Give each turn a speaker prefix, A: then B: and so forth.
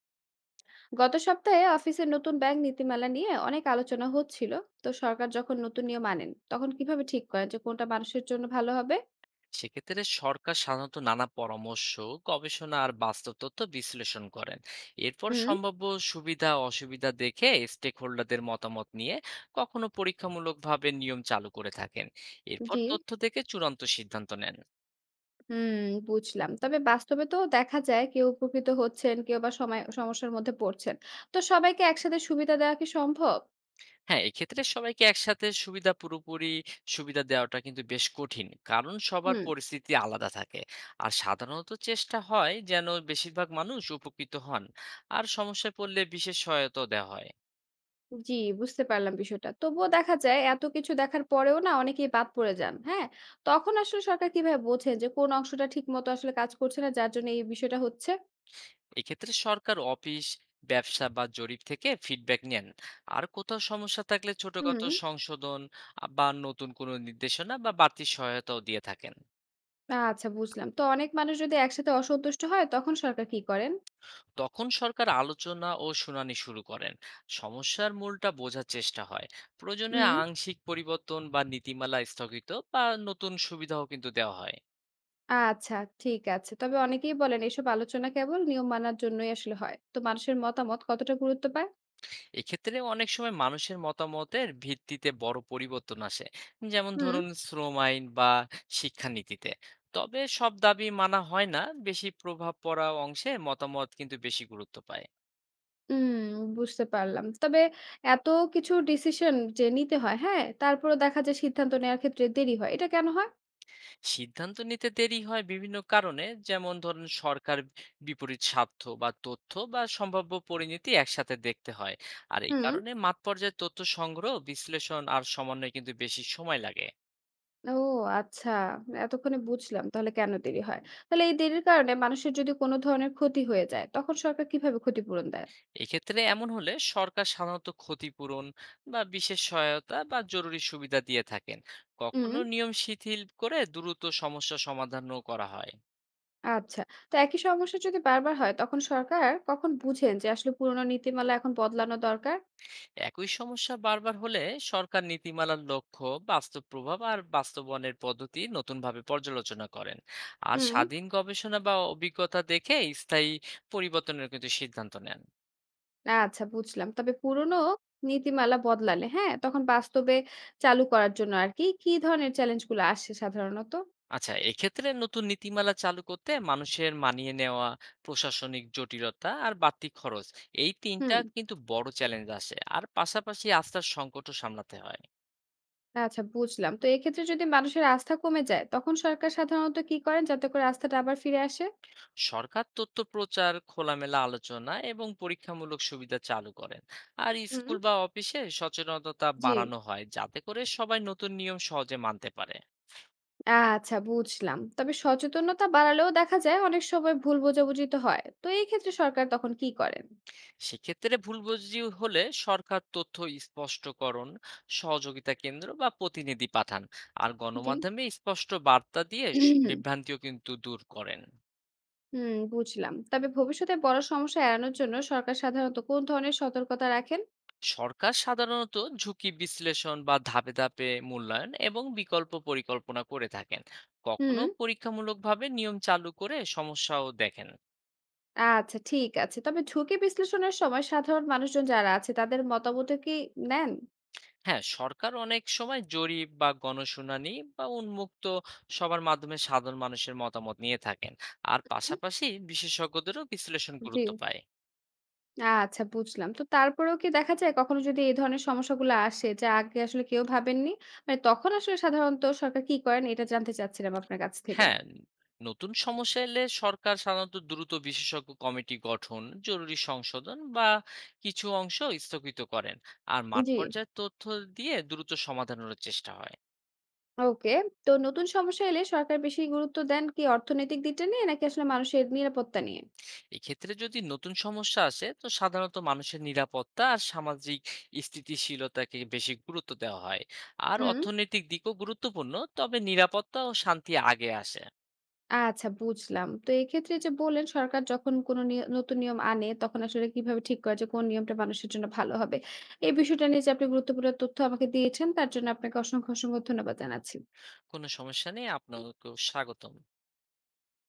A: গত সপ্তাহে অফিসের নতুন ব্যাংক নীতিমালা নিয়ে অনেক আলোচনা হচ্ছিল। তো সরকার যখন নতুন নিয়ম আনেন তখন কিভাবে ঠিক করেন যে কোনটা মানুষের জন্য ভালো হবে?
B: সেক্ষেত্রে সরকার সাধারণত নানা পরামর্শ, গবেষণা আর বাস্তব তথ্য বিশ্লেষণ করেন। এরপর
A: হুম।
B: সম্ভাব্য সুবিধা অসুবিধা দেখে, স্টেক হোল্ডারদের মতামত নিয়ে কখনো পরীক্ষামূলকভাবে নিয়ম চালু করে থাকেন। এরপর
A: জি।
B: তথ্য দেখে চূড়ান্ত সিদ্ধান্ত নেন।
A: হুম। বুঝলাম, তবে বাস্তবে তো দেখা যায় কেউ উপকৃত হচ্ছেন কেউ বা সময় সমস্যার মধ্যে পড়ছেন। তো সবাইকে একসাথে সুবিধা দেওয়া কি সম্ভব?
B: হ্যাঁ, এক্ষেত্রে সবাইকে একসাথে সুবিধা পুরোপুরি সুবিধা দেওয়াটা কিন্তু বেশ কঠিন, কারণ
A: হুম।
B: সবার পরিস্থিতি আলাদা থাকে। আর সাধারণত চেষ্টা হয় যেন বেশিরভাগ মানুষ উপকৃত হন, আর সমস্যায় পড়লে বিশেষ সহায়তা দেওয়া হয়।
A: জি। বুঝতে পারলাম বিষয়টা, তবুও দেখা যায় এত কিছু দেখার পরেও না অনেকেই বাদ পড়ে যান, হ্যাঁ? তখন আসলে সরকার কিভাবে বোঝেন যে কোন অংশটা ঠিক মতো আসলে কাজ করছে না, যার জন্য এই বিষয়টা হচ্ছে?
B: এক্ষেত্রে সরকার অফিস, ব্যবসা বা জরিপ থেকে ফিডব্যাক নেন। আর কোথাও সমস্যা থাকলে
A: হুম।
B: ছোটখাটো সংশোধন বা নতুন কোনো নির্দেশনা বা বাড়তি সহায়তাও দিয়ে থাকেন।
A: আচ্ছা বুঝলাম। তো অনেক মানুষ যদি একসাথে অসন্তুষ্ট হয় তখন সরকার কি করেন?
B: তখন সরকার আলোচনা ও শুনানি শুরু করেন, সমস্যার মূলটা বোঝার চেষ্টা হয়। প্রয়োজনে
A: হুম।
B: আংশিক পরিবর্তন বা নীতিমালা স্থগিত বা নতুন সুবিধাও কিন্তু দেওয়া হয়।
A: আচ্ছা, ঠিক আছে। তবে অনেকেই বলেন এসব আলোচনা কেবল নিয়ম মানার জন্যই আসলে হয়। তো মানুষের মতামত কতটা গুরুত্ব পায়?
B: এক্ষেত্রে অনেক সময় মানুষের মতামতের ভিত্তিতে বড় পরিবর্তন আসে, যেমন
A: হুম।
B: ধরুন শ্রম আইন বা শিক্ষানীতিতে। তবে সব দাবি মানা হয় না, বেশি প্রভাব পড়া অংশের মতামত কিন্তু বেশি গুরুত্ব পায়।
A: হুম, বুঝতে পারলাম। তবে এত কিছু ডিসিশন যে নিতে হয়, হ্যাঁ? তারপরেও দেখা যায় সিদ্ধান্ত নেওয়ার ক্ষেত্রে দেরি হয়। এটা কেন হয়?
B: সিদ্ধান্ত নিতে দেরি হয় বিভিন্ন কারণে, যেমন ধরুন সরকার বিপরীত স্বার্থ বা তথ্য বা সম্ভাব্য পরিণতি একসাথে দেখতে হয়। আর এই
A: হুম।
B: কারণে মাঠ পর্যায়ে তথ্য সংগ্রহ, বিশ্লেষণ আর সমন্বয় কিন্তু বেশি সময় লাগে।
A: ও আচ্ছা। এতক্ষণে বুঝলাম তাহলে কেন দেরি হয়। তাহলে এই দেরির কারণে মানুষের যদি কোনো ধরনের ক্ষতি হয়ে যায় তখন সরকার কিভাবে ক্ষতিপূরণ দেয়?
B: এক্ষেত্রে এমন হলে সরকার সাধারণত ক্ষতিপূরণ বা বিশেষ সহায়তা বা জরুরি সুবিধা দিয়ে থাকেন।
A: হুম।
B: কখনো নিয়ম শিথিল করে দ্রুত সমস্যা সমাধানও করা হয়।
A: আচ্ছা। তো একই সমস্যা যদি বারবার হয় তখন সরকার কখন বুঝেন যে আসলে পুরনো নীতিমালা এখন বদলানো দরকার?
B: একই সমস্যা বারবার হলে সরকার নীতিমালার লক্ষ্য, বাস্তব প্রভাব আর বাস্তবায়নের পদ্ধতি নতুনভাবে পর্যালোচনা করেন। আর
A: হুম।
B: স্বাধীন গবেষণা বা অভিজ্ঞতা দেখে স্থায়ী পরিবর্তনের কিন্তু সিদ্ধান্ত নেন।
A: আচ্ছা বুঝলাম। তবে পুরনো নীতিমালা বদলালে, হ্যাঁ? তখন বাস্তবে চালু করার জন্য আরকি কি কি ধরনের চ্যালেঞ্জগুলো আসে সাধারণত?
B: আচ্ছা, এক্ষেত্রে নতুন নীতিমালা চালু করতে মানুষের মানিয়ে নেওয়া, প্রশাসনিক জটিলতা আর বাড়তি খরচ, এই ৩ টা
A: হুম।
B: কিন্তু বড় চ্যালেঞ্জ আসে। আর পাশাপাশি আস্থার সংকটও সামলাতে হয়।
A: আচ্ছা বুঝলাম। তো এক্ষেত্রে যদি মানুষের আস্থা কমে যায় তখন সরকার সাধারণত কি করেন যাতে করে আস্থাটা আবার ফিরে আসে?
B: সরকার তথ্য প্রচার, খোলামেলা আলোচনা এবং পরীক্ষামূলক সুবিধা চালু করেন। আর
A: হুম।
B: স্কুল বা অফিসে সচেতনতা
A: জি।
B: বাড়ানো হয় যাতে করে সবাই নতুন নিয়ম সহজে মানতে পারে।
A: আচ্ছা বুঝলাম। তবে সচেতনতা বাড়ালেও দেখা যায় অনেক সময় ভুল বোঝাবুঝি তো হয়। তো এই ক্ষেত্রে সরকার তখন কি করেন?
B: সেক্ষেত্রে ভুল বুঝি হলে সরকার তথ্য স্পষ্টকরণ, সহযোগিতা কেন্দ্র বা প্রতিনিধি পাঠান। আর
A: জি।
B: গণমাধ্যমে স্পষ্ট বার্তা দিয়ে বিভ্রান্তিও কিন্তু দূর করেন।
A: হুম, বুঝলাম। তবে ভবিষ্যতে বড় সমস্যা এড়ানোর জন্য সরকার সাধারণত কোন ধরনের সতর্কতা রাখেন?
B: সরকার সাধারণত ঝুঁকি বিশ্লেষণ বা ধাপে ধাপে মূল্যায়ন এবং বিকল্প পরিকল্পনা করে থাকেন।
A: হুম,
B: কখনো পরীক্ষামূলকভাবে নিয়ম চালু করে সমস্যাও দেখেন।
A: আচ্ছা ঠিক আছে। তবে ঝুঁকি বিশ্লেষণের সময় সাধারণ মানুষজন যারা আছে তাদের মতামত কি নেন?
B: হ্যাঁ, সরকার অনেক সময় জরিপ বা গণশুনানি বা উন্মুক্ত সবার মাধ্যমে সাধারণ মানুষের মতামত নিয়ে থাকেন। আর
A: হুম,
B: পাশাপাশি বিশেষজ্ঞদেরও বিশ্লেষণ
A: জি।
B: গুরুত্ব পায়।
A: আচ্ছা বুঝলাম। তো তারপরেও কি দেখা যায় কখনো যদি এই ধরনের সমস্যাগুলো আসে যা আগে আসলে কেউ ভাবেননি? মানে তখন আসলে সাধারণত সরকার কি করেন এটা জানতে চাচ্ছিলাম আপনার কাছ থেকে।
B: হ্যাঁ, নতুন সমস্যা এলে সরকার সাধারণত দ্রুত বিশেষজ্ঞ কমিটি গঠন, জরুরি সংশোধন বা কিছু অংশ স্থগিত করেন। আর মাঠ
A: জি।
B: পর্যায়ে তথ্য দিয়ে দ্রুত সমাধানের চেষ্টা হয়।
A: ওকে। তো নতুন সমস্যা এলে সরকার বেশি গুরুত্ব দেন কি অর্থনৈতিক দিকটা নিয়ে নাকি আসলে মানুষের নিরাপত্তা নিয়ে?
B: এক্ষেত্রে যদি নতুন সমস্যা আসে, তো সাধারণত মানুষের নিরাপত্তা আর সামাজিক স্থিতিশীলতাকে বেশি গুরুত্ব দেওয়া হয়। আর
A: হুম।
B: অর্থনৈতিক দিকও গুরুত্বপূর্ণ, তবে নিরাপত্তা ও শান্তি আগে আসে।
A: আচ্ছা বুঝলাম। তো এক্ষেত্রে যে বললেন সরকার যখন কোনো নতুন নিয়ম আনে তখন আসলে কিভাবে ঠিক করে যে কোন নিয়মটা মানুষের জন্য ভালো হবে? এই বিষয়টা নিয়ে যে আপনি গুরুত্বপূর্ণ তথ্য আমাকে দিয়েছেন তার জন্য আপনাকে অসংখ্য, অসংখ্য ধন্যবাদ জানাচ্ছি।
B: কোনো সমস্যা নেই, আপনাকেও স্বাগতম।